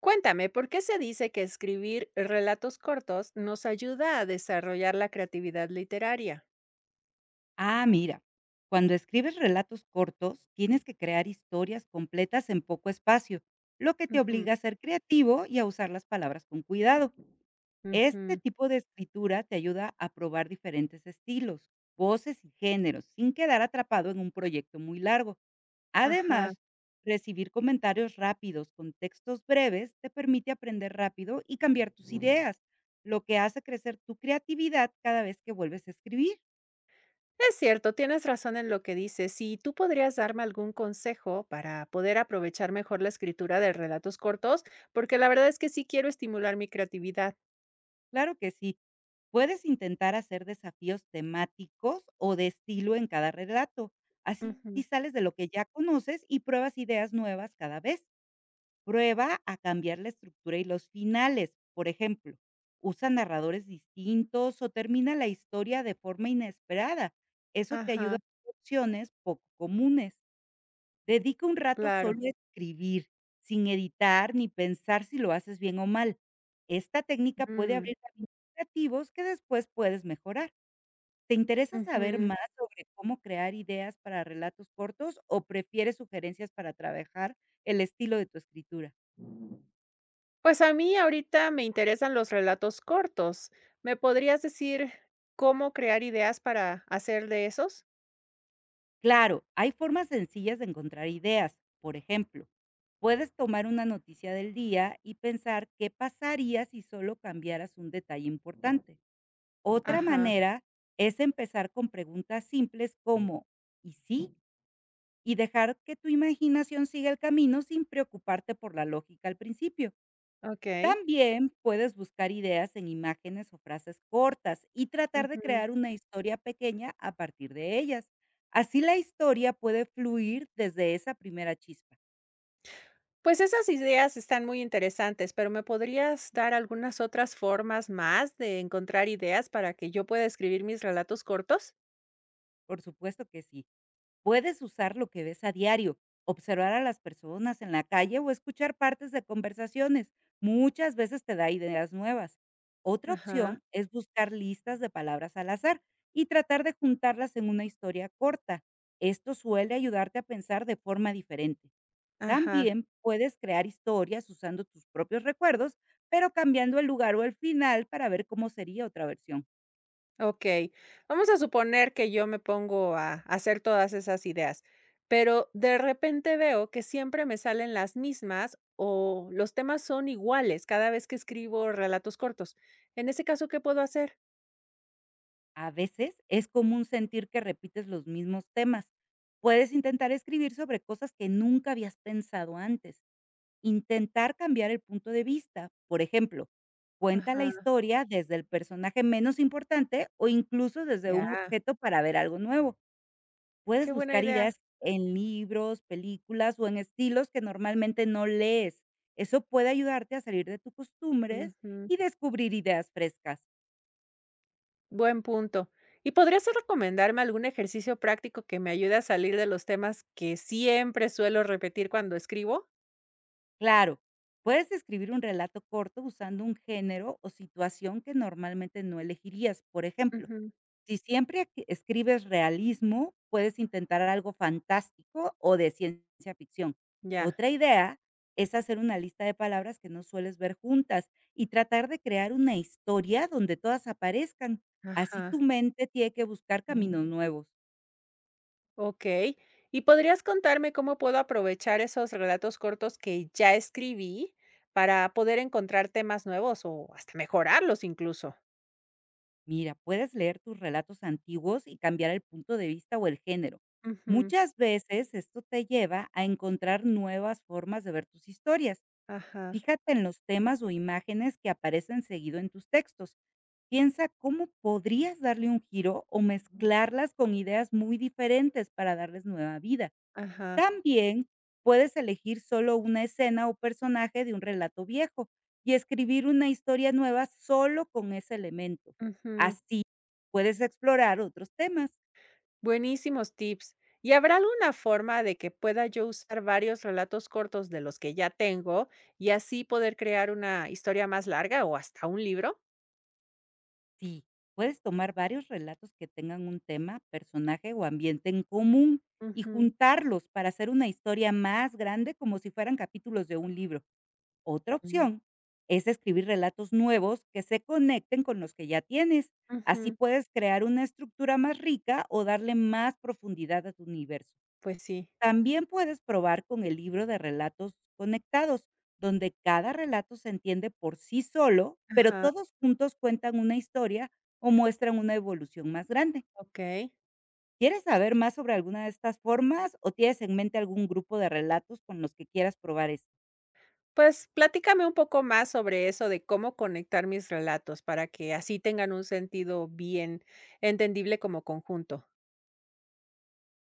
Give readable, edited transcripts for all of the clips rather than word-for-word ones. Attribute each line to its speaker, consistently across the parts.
Speaker 1: Cuéntame, ¿por qué se dice que escribir relatos cortos nos ayuda a desarrollar la creatividad literaria?
Speaker 2: Ah, mira, cuando escribes relatos cortos, tienes que crear historias completas en poco espacio, lo que te
Speaker 1: Ujú,
Speaker 2: obliga a ser creativo y a usar las palabras con cuidado. Este
Speaker 1: ujú.
Speaker 2: tipo de escritura te ayuda a probar diferentes estilos, voces y géneros, sin quedar atrapado en un proyecto muy largo.
Speaker 1: Ajá.
Speaker 2: Además, recibir comentarios rápidos con textos breves te permite aprender rápido y cambiar tus ideas, lo que hace crecer tu creatividad cada vez que vuelves a escribir.
Speaker 1: Es cierto, tienes razón en lo que dices. ¿Si tú podrías darme algún consejo para poder aprovechar mejor la escritura de relatos cortos? Porque la verdad es que sí quiero estimular mi creatividad.
Speaker 2: Claro que sí. Puedes intentar hacer desafíos temáticos o de estilo en cada relato. Así
Speaker 1: Ujú.
Speaker 2: sales de lo que ya conoces y pruebas ideas nuevas cada vez. Prueba a cambiar la estructura y los finales. Por ejemplo, usa narradores distintos o termina la historia de forma inesperada. Eso te ayuda
Speaker 1: Ajá,
Speaker 2: a ver opciones poco comunes. Dedica un rato solo
Speaker 1: claro.
Speaker 2: a escribir, sin editar ni pensar si lo haces bien o mal. Esta técnica puede
Speaker 1: Mm,
Speaker 2: abrir caminos creativos que después puedes mejorar. ¿Te interesa saber
Speaker 1: ujú.
Speaker 2: más sobre cómo crear ideas para relatos cortos o prefieres sugerencias para trabajar el estilo de tu escritura?
Speaker 1: Pues a mí ahorita me interesan los relatos cortos. ¿Me podrías decir cómo crear ideas para hacer de esos?
Speaker 2: Claro, hay formas sencillas de encontrar ideas. Por ejemplo, puedes tomar una noticia del día y pensar qué pasaría si solo cambiaras un detalle importante. Otra
Speaker 1: Ajá,
Speaker 2: manera es empezar con preguntas simples como ¿y sí?, y dejar que tu imaginación siga el camino sin preocuparte por la lógica al principio.
Speaker 1: ok.
Speaker 2: También puedes buscar ideas en imágenes o frases cortas y tratar de
Speaker 1: Ujú.
Speaker 2: crear una historia pequeña a partir de ellas. Así la historia puede fluir desde esa primera chispa.
Speaker 1: Pues esas ideas están muy interesantes, pero ¿me podrías dar algunas otras formas más de encontrar ideas para que yo pueda escribir mis relatos cortos?
Speaker 2: Por supuesto que sí. Puedes usar lo que ves a diario, observar a las personas en la calle o escuchar partes de conversaciones. Muchas veces te da ideas nuevas. Otra
Speaker 1: Ajá,
Speaker 2: opción es buscar listas de palabras al azar y tratar de juntarlas en una historia corta. Esto suele ayudarte a pensar de forma diferente.
Speaker 1: ajá.
Speaker 2: También puedes crear historias usando tus propios recuerdos, pero cambiando el lugar o el final para ver cómo sería otra versión.
Speaker 1: Ok. Vamos a suponer que yo me pongo a hacer todas esas ideas, pero de repente veo que siempre me salen las mismas o los temas son iguales cada vez que escribo relatos cortos. En ese caso, ¿qué puedo hacer?
Speaker 2: A veces es común sentir que repites los mismos temas. Puedes intentar escribir sobre cosas que nunca habías pensado antes. Intentar cambiar el punto de vista, por ejemplo, cuenta la
Speaker 1: Ajá,
Speaker 2: historia desde el personaje menos importante o incluso desde un
Speaker 1: ya.
Speaker 2: objeto para ver algo nuevo. Puedes
Speaker 1: Qué buena
Speaker 2: buscar
Speaker 1: idea.
Speaker 2: ideas en libros, películas o en estilos que normalmente no lees. Eso puede ayudarte a salir de tus costumbres
Speaker 1: Ujú.
Speaker 2: y descubrir ideas frescas.
Speaker 1: Buen punto. ¿Y podrías recomendarme algún ejercicio práctico que me ayude a salir de los temas que siempre suelo repetir cuando escribo?
Speaker 2: Claro, puedes escribir un relato corto usando un género o situación que normalmente no elegirías. Por ejemplo,
Speaker 1: Ujú.
Speaker 2: si siempre que escribes realismo, puedes intentar algo fantástico o de ciencia ficción.
Speaker 1: Ya.
Speaker 2: Otra idea es hacer una lista de palabras que no sueles ver juntas y tratar de crear una historia donde todas aparezcan. Así tu
Speaker 1: Ajá.
Speaker 2: mente tiene que buscar caminos nuevos.
Speaker 1: Ok. ¿Y podrías contarme cómo puedo aprovechar esos relatos cortos que ya escribí para poder encontrar temas nuevos o hasta mejorarlos incluso?
Speaker 2: Mira, puedes leer tus relatos antiguos y cambiar el punto de vista o el género.
Speaker 1: Ujú.
Speaker 2: Muchas veces esto te lleva a encontrar nuevas formas de ver tus historias.
Speaker 1: Ajá,
Speaker 2: Fíjate en los temas o imágenes que aparecen seguido en tus textos. Piensa cómo podrías darle un giro o mezclarlas con ideas muy diferentes para darles nueva vida.
Speaker 1: ajá.
Speaker 2: También puedes elegir solo una escena o personaje de un relato viejo y escribir una historia nueva solo con ese elemento.
Speaker 1: Ujú.
Speaker 2: Así puedes explorar otros temas.
Speaker 1: Buenísimos tips. ¿Y habrá alguna forma de que pueda yo usar varios relatos cortos de los que ya tengo y así poder crear una historia más larga o hasta un libro?
Speaker 2: Sí, puedes tomar varios relatos que tengan un tema, personaje o ambiente en común y
Speaker 1: Ujú,
Speaker 2: juntarlos para hacer una historia más grande, como si fueran capítulos de un libro. Otra opción es escribir relatos nuevos que se conecten con los que ya tienes. Así
Speaker 1: ujú.
Speaker 2: puedes crear una estructura más rica o darle más profundidad a tu universo.
Speaker 1: Pues sí.
Speaker 2: También puedes probar con el libro de relatos conectados, donde cada relato se entiende por sí solo, pero
Speaker 1: Ajá,
Speaker 2: todos juntos cuentan una historia o muestran una evolución más grande.
Speaker 1: ok.
Speaker 2: ¿Quieres saber más sobre alguna de estas formas o tienes en mente algún grupo de relatos con los que quieras probar esto?
Speaker 1: Pues, platícame un poco más sobre eso de cómo conectar mis relatos para que así tengan un sentido bien entendible como conjunto.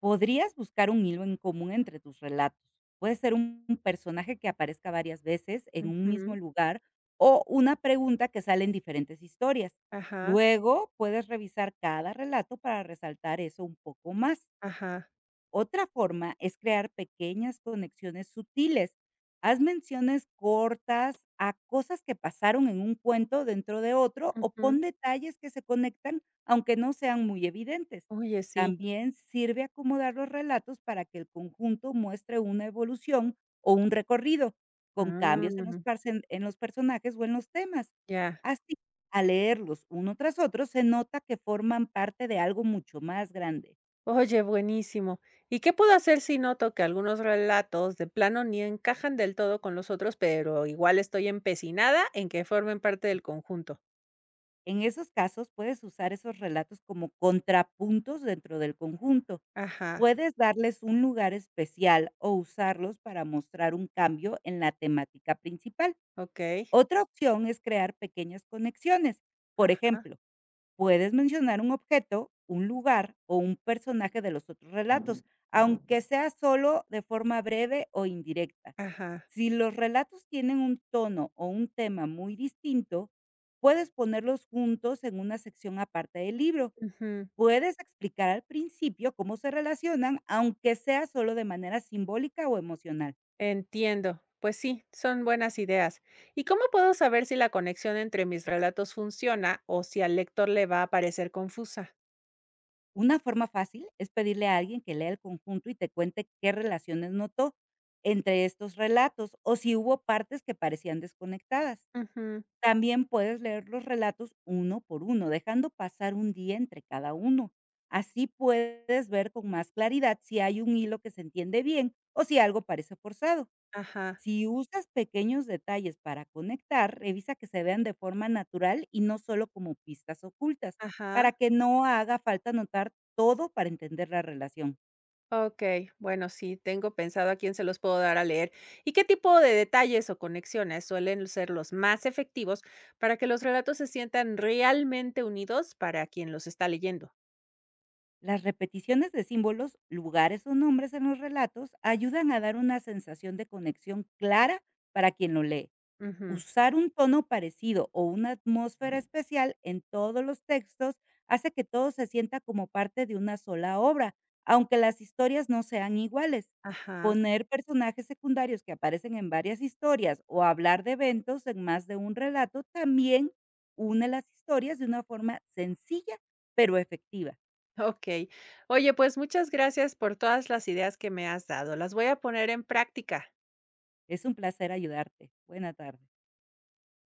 Speaker 2: Podrías buscar un hilo en común entre tus relatos. Puede ser un personaje que aparezca varias veces en un mismo
Speaker 1: Ujú.
Speaker 2: lugar, o una pregunta que sale en diferentes historias.
Speaker 1: Ajá,
Speaker 2: Luego puedes revisar cada relato para resaltar eso un poco más.
Speaker 1: ajá.
Speaker 2: Otra forma es crear pequeñas conexiones sutiles. Haz menciones cortas a cosas que pasaron en un cuento dentro de otro, o pon
Speaker 1: Ujú.
Speaker 2: detalles que se conectan aunque no sean muy evidentes.
Speaker 1: Oye, sí.
Speaker 2: También sirve acomodar los relatos para que el conjunto muestre una evolución o un recorrido, con cambios en los,
Speaker 1: Ah,
Speaker 2: parsen- en los personajes o en los temas.
Speaker 1: ya.
Speaker 2: Así, al leerlos uno tras otro, se nota que forman parte de algo mucho más grande.
Speaker 1: Oye, buenísimo. ¿Y qué puedo hacer si noto que algunos relatos de plano ni encajan del todo con los otros, pero igual estoy empecinada en que formen parte del conjunto?
Speaker 2: En esos casos, puedes usar esos relatos como contrapuntos dentro del conjunto.
Speaker 1: Ajá,
Speaker 2: Puedes darles un lugar especial o usarlos para mostrar un cambio en la temática principal.
Speaker 1: okey.
Speaker 2: Otra opción es crear pequeñas conexiones. Por
Speaker 1: Ajá,
Speaker 2: ejemplo, puedes mencionar un objeto, un lugar o un personaje de los otros relatos, aunque sea solo de forma breve o indirecta.
Speaker 1: ajá.
Speaker 2: Si los relatos tienen un tono o un tema muy distinto, puedes ponerlos juntos en una sección aparte del libro. Puedes explicar al principio cómo se relacionan, aunque sea solo de manera simbólica o emocional.
Speaker 1: Entiendo. Pues sí, son buenas ideas. ¿Y cómo puedo saber si la conexión entre mis relatos funciona o si al lector le va a parecer confusa?
Speaker 2: Una forma fácil es pedirle a alguien que lea el conjunto y te cuente qué relaciones notó entre estos relatos o si hubo partes que parecían desconectadas.
Speaker 1: Ujú.
Speaker 2: También puedes leer los relatos uno por uno, dejando pasar un día entre cada uno. Así puedes ver con más claridad si hay un hilo que se entiende bien o si algo parece forzado.
Speaker 1: Ajá,
Speaker 2: Si usas pequeños detalles para conectar, revisa que se vean de forma natural y no solo como pistas ocultas,
Speaker 1: ajá.
Speaker 2: para que no haga falta anotar todo para entender la relación.
Speaker 1: Ok, bueno, sí, tengo pensado a quién se los puedo dar a leer y qué tipo de detalles o conexiones suelen ser los más efectivos para que los relatos se sientan realmente unidos para quien los está leyendo.
Speaker 2: Las repeticiones de símbolos, lugares o nombres en los relatos ayudan a dar una sensación de conexión clara para quien lo lee.
Speaker 1: Ujú.
Speaker 2: Usar un tono parecido o una atmósfera especial en todos los textos hace que todo se sienta como parte de una sola obra, aunque las historias no sean iguales.
Speaker 1: Ajá.
Speaker 2: Poner personajes secundarios que aparecen en varias historias o hablar de eventos en más de un relato también une las historias de una forma sencilla pero efectiva.
Speaker 1: Okey. Oye, pues muchas gracias por todas las ideas que me has dado. Las voy a poner en práctica.
Speaker 2: Es un placer ayudarte. Buena tarde.